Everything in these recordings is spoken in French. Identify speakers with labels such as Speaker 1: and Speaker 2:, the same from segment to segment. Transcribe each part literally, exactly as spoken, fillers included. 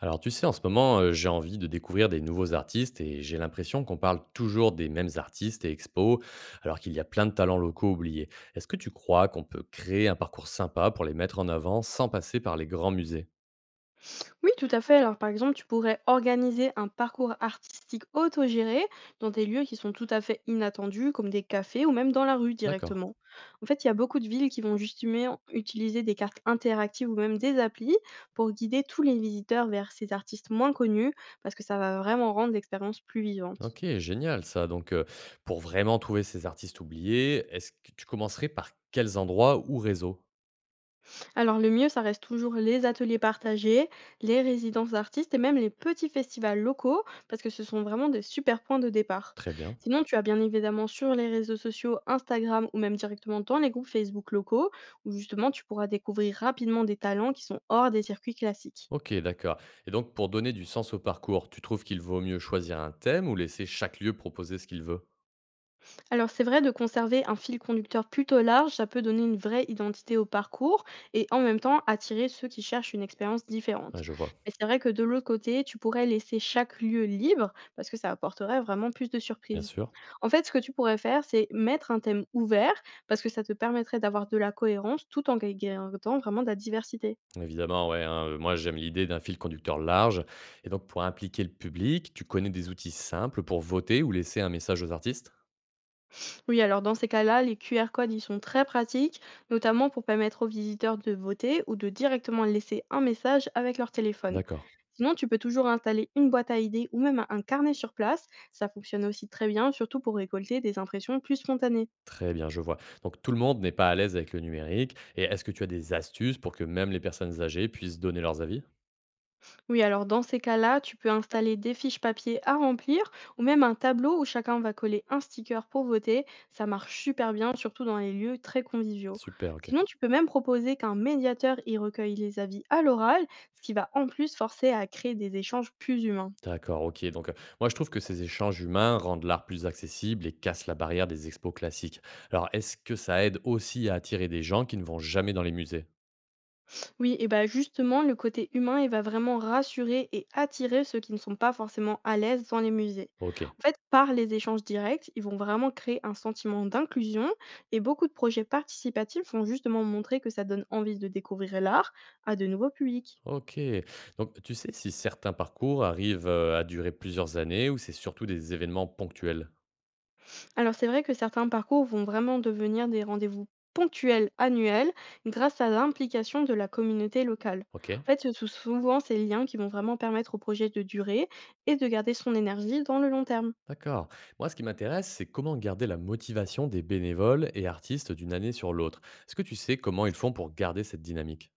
Speaker 1: Alors tu sais, en ce moment, euh, j'ai envie de découvrir des nouveaux artistes et j'ai l'impression qu'on parle toujours des mêmes artistes et expos, alors qu'il y a plein de talents locaux oubliés. Est-ce que tu crois qu'on peut créer un parcours sympa pour les mettre en avant sans passer par les grands musées?
Speaker 2: Oui, tout à fait. Alors, par exemple, tu pourrais organiser un parcours artistique autogéré dans des lieux qui sont tout à fait inattendus, comme des cafés ou même dans la rue
Speaker 1: D'accord.
Speaker 2: directement. En fait, il y a beaucoup de villes qui vont justement utiliser des cartes interactives ou même des applis pour guider tous les visiteurs vers ces artistes moins connus, parce que ça va vraiment rendre l'expérience plus vivante.
Speaker 1: Ok, génial ça. Donc euh, pour vraiment trouver ces artistes oubliés, est-ce que tu commencerais par quels endroits ou réseaux?
Speaker 2: Alors le mieux, ça reste toujours les ateliers partagés, les résidences d'artistes et même les petits festivals locaux, parce que ce sont vraiment des super points de départ.
Speaker 1: Très bien.
Speaker 2: Sinon, tu as bien évidemment sur les réseaux sociaux, Instagram ou même directement dans les groupes Facebook locaux, où justement tu pourras découvrir rapidement des talents qui sont hors des circuits classiques.
Speaker 1: Ok, d'accord. Et donc pour donner du sens au parcours, tu trouves qu'il vaut mieux choisir un thème ou laisser chaque lieu proposer ce qu'il veut?
Speaker 2: Alors c'est vrai de conserver un fil conducteur plutôt large, ça peut donner une vraie identité au parcours et en même temps attirer ceux qui cherchent une expérience
Speaker 1: Ouais,
Speaker 2: différente.
Speaker 1: je vois,
Speaker 2: Mais c'est vrai que de l'autre côté, tu pourrais laisser chaque lieu libre parce que ça apporterait vraiment plus de
Speaker 1: bien
Speaker 2: surprises.
Speaker 1: sûr.
Speaker 2: En fait, ce que tu pourrais faire, c'est mettre un thème ouvert parce que ça te permettrait d'avoir de la cohérence tout en gardant vraiment de la diversité.
Speaker 1: Évidemment, ouais, hein, heu, moi j'aime l'idée d'un fil conducteur large, et donc pour impliquer le public, tu connais des outils simples pour voter ou laisser un message aux artistes?
Speaker 2: Oui, alors dans ces cas-là, les Q R codes, ils sont très pratiques, notamment pour permettre aux visiteurs de voter ou de directement laisser un message avec leur téléphone.
Speaker 1: D'accord,
Speaker 2: Sinon, tu peux toujours installer une boîte à idées ou même un carnet sur place. Ça fonctionne aussi très bien, surtout pour récolter des impressions plus spontanées.
Speaker 1: très bien, je vois. Donc tout le monde n'est pas à l'aise avec le numérique, et est-ce que tu as des astuces pour que même les personnes âgées puissent donner leurs avis?
Speaker 2: Oui, alors dans ces cas-là, tu peux installer des fiches papier à remplir ou même un tableau où chacun va coller un sticker pour voter. Ça marche super bien, surtout dans les lieux très conviviaux.
Speaker 1: Super, OK.
Speaker 2: Sinon, tu peux même proposer qu'un médiateur y recueille les avis à l'oral, ce qui va en plus forcer à créer des échanges plus humains.
Speaker 1: D'accord, OK, donc heu, moi je trouve que ces échanges humains rendent l'art plus accessible et cassent la barrière des expos classiques. Alors est-ce que ça aide aussi à attirer des gens qui ne vont jamais dans les musées?
Speaker 2: Oui, et bah justement, le côté humain, il va vraiment rassurer et attirer ceux qui ne sont pas forcément à l'aise dans les musées.
Speaker 1: OK.
Speaker 2: En fait, par les échanges directs, ils vont vraiment créer un sentiment d'inclusion et beaucoup de projets participatifs vont justement montrer que ça donne envie de découvrir l'art à de nouveaux publics.
Speaker 1: OK. Donc, tu sais si certains parcours arrivent, heu, à durer plusieurs années, ou c'est surtout des événements ponctuels?
Speaker 2: Alors c'est vrai que certains parcours vont vraiment devenir des rendez-vous ponctuels annuels grâce à l'implication de la communauté locale.
Speaker 1: OK,
Speaker 2: En fait, ce sont souvent ces liens qui vont vraiment permettre au projet de durer et de garder son énergie dans le long terme.
Speaker 1: d'accord. Moi, ce qui m'intéresse, c'est comment garder la motivation des bénévoles et artistes d'une année sur l'autre. Est-ce que tu sais comment ils font pour garder cette dynamique?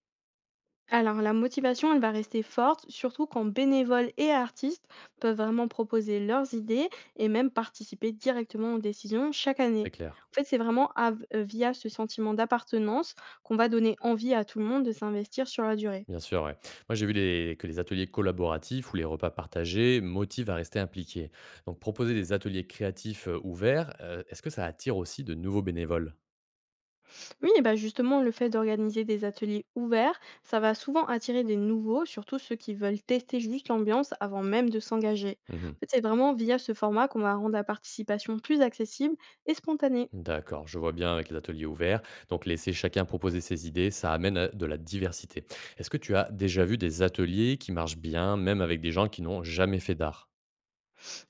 Speaker 2: Alors, la motivation, elle va rester forte, surtout quand bénévoles et artistes peuvent vraiment proposer leurs idées et même participer directement aux décisions chaque
Speaker 1: C'est
Speaker 2: année.
Speaker 1: clair.
Speaker 2: En fait, c'est vraiment av- euh, via ce sentiment d'appartenance qu'on va donner envie à tout le monde de s'investir sur la durée.
Speaker 1: Bien sûr, ouais. Moi, j'ai vu les que les ateliers collaboratifs ou les repas partagés motivent à rester impliqués. Donc proposer des ateliers créatifs, heu, ouverts, heu, est-ce que ça attire aussi de nouveaux bénévoles?
Speaker 2: Oui, et bah justement, le fait d'organiser des ateliers ouverts, ça va souvent attirer des nouveaux, surtout ceux qui veulent tester juste l'ambiance avant même de s'engager.
Speaker 1: Mmh.
Speaker 2: En fait, c'est vraiment via ce format qu'on va rendre la participation plus accessible et spontanée.
Speaker 1: D'accord, je vois bien avec les ateliers ouverts. Donc laisser chacun proposer ses idées, ça amène à de la diversité. Est-ce que tu as déjà vu des ateliers qui marchent bien, même avec des gens qui n'ont jamais fait d'art?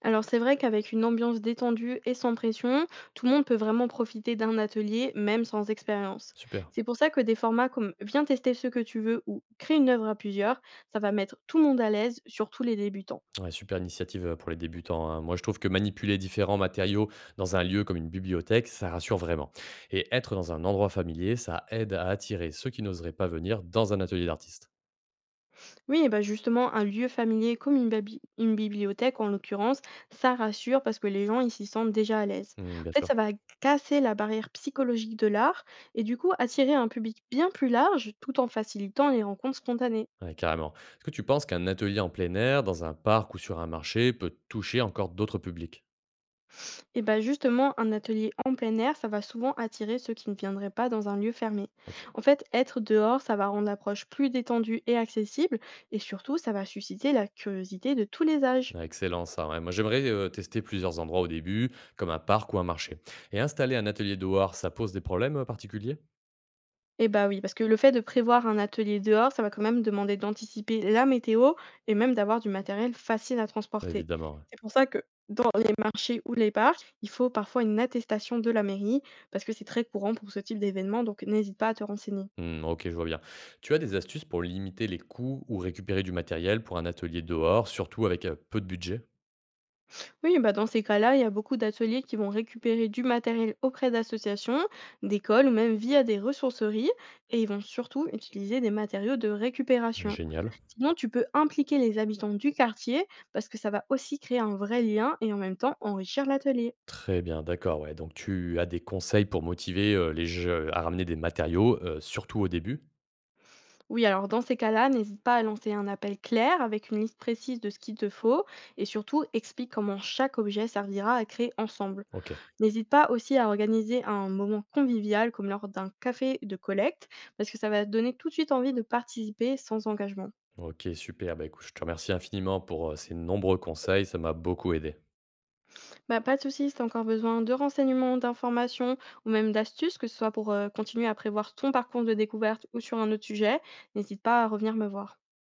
Speaker 2: Alors c'est vrai qu'avec une ambiance détendue et sans pression, tout le monde peut vraiment profiter d'un atelier, même sans expérience.
Speaker 1: Super.
Speaker 2: C'est pour ça que des formats comme Viens tester ce que tu veux ou Crée une œuvre à plusieurs, ça va mettre tout le monde à l'aise, surtout les débutants.
Speaker 1: Ouais, super initiative euh, pour les débutants, hein. Moi, je trouve que manipuler différents matériaux dans un lieu comme une bibliothèque, ça rassure vraiment. Et être dans un endroit familier, ça aide à attirer ceux qui n'oseraient pas venir dans un atelier d'artiste.
Speaker 2: Oui, et bah justement, un lieu familier comme une, babi- une bibliothèque en l'occurrence, ça rassure parce que les gens ils s'y sentent déjà à l'aise.
Speaker 1: Hmm,
Speaker 2: En
Speaker 1: bien
Speaker 2: fait,
Speaker 1: sûr.
Speaker 2: ça va casser la barrière psychologique de l'art et du coup attirer un public bien plus large tout en facilitant les rencontres spontanées.
Speaker 1: Ouais, carrément. Est-ce que tu penses qu'un atelier en plein air, dans un parc ou sur un marché, peut toucher encore d'autres publics?
Speaker 2: Et bah justement, un atelier en plein air, ça va souvent attirer ceux qui ne viendraient pas dans un lieu fermé.
Speaker 1: Ok.
Speaker 2: En fait, être dehors, ça va rendre l'approche plus détendue et accessible, et surtout, ça va susciter la curiosité de tous les âges.
Speaker 1: Ah, excellent ça, ouais. Moi, j'aimerais euh, tester plusieurs endroits au début, comme un parc ou un marché. Et installer un atelier dehors, ça pose des problèmes euh, particuliers?
Speaker 2: Et bah oui, parce que le fait de prévoir un atelier dehors, ça va quand même demander d'anticiper la météo et même d'avoir du matériel facile à transporter.
Speaker 1: Évidemment, ouais.
Speaker 2: C'est pour ça que dans les marchés ou les parcs, il faut parfois une attestation de la mairie, parce que c'est très courant pour ce type d'événement, donc n'hésite pas à te renseigner.
Speaker 1: Hmm, ok, je vois bien. Tu as des astuces pour limiter les coûts ou récupérer du matériel pour un atelier dehors, surtout avec euh, peu de budget?
Speaker 2: Oui, bah dans ces cas-là, il y a beaucoup d'ateliers qui vont récupérer du matériel auprès d'associations, d'écoles ou même via des ressourceries et ils vont surtout utiliser des matériaux de récupération.
Speaker 1: Génial.
Speaker 2: Sinon, tu peux impliquer les habitants du quartier parce que ça va aussi créer un vrai lien et en même temps enrichir l'atelier.
Speaker 1: Très bien, d'accord. Ouais. Donc, tu as des conseils pour motiver euh, les jeux à ramener des matériaux, euh, surtout au début?
Speaker 2: Oui, alors dans ces cas-là, n'hésite pas à lancer un appel clair avec une liste précise de ce qu'il te faut et surtout explique comment chaque objet servira à créer ensemble.
Speaker 1: Ok.
Speaker 2: N'hésite pas aussi à organiser un moment convivial comme lors d'un café de collecte parce que ça va te donner tout de suite envie de participer sans engagement.
Speaker 1: Ok, super. Bah, écoute, je te remercie infiniment pour euh, ces nombreux conseils. Ça m'a beaucoup aidé.
Speaker 2: Bah, pas de soucis si tu as encore besoin de renseignements, d'informations ou même d'astuces, que ce soit pour euh, continuer à prévoir ton parcours de découverte ou sur un autre sujet, n'hésite pas à revenir me voir.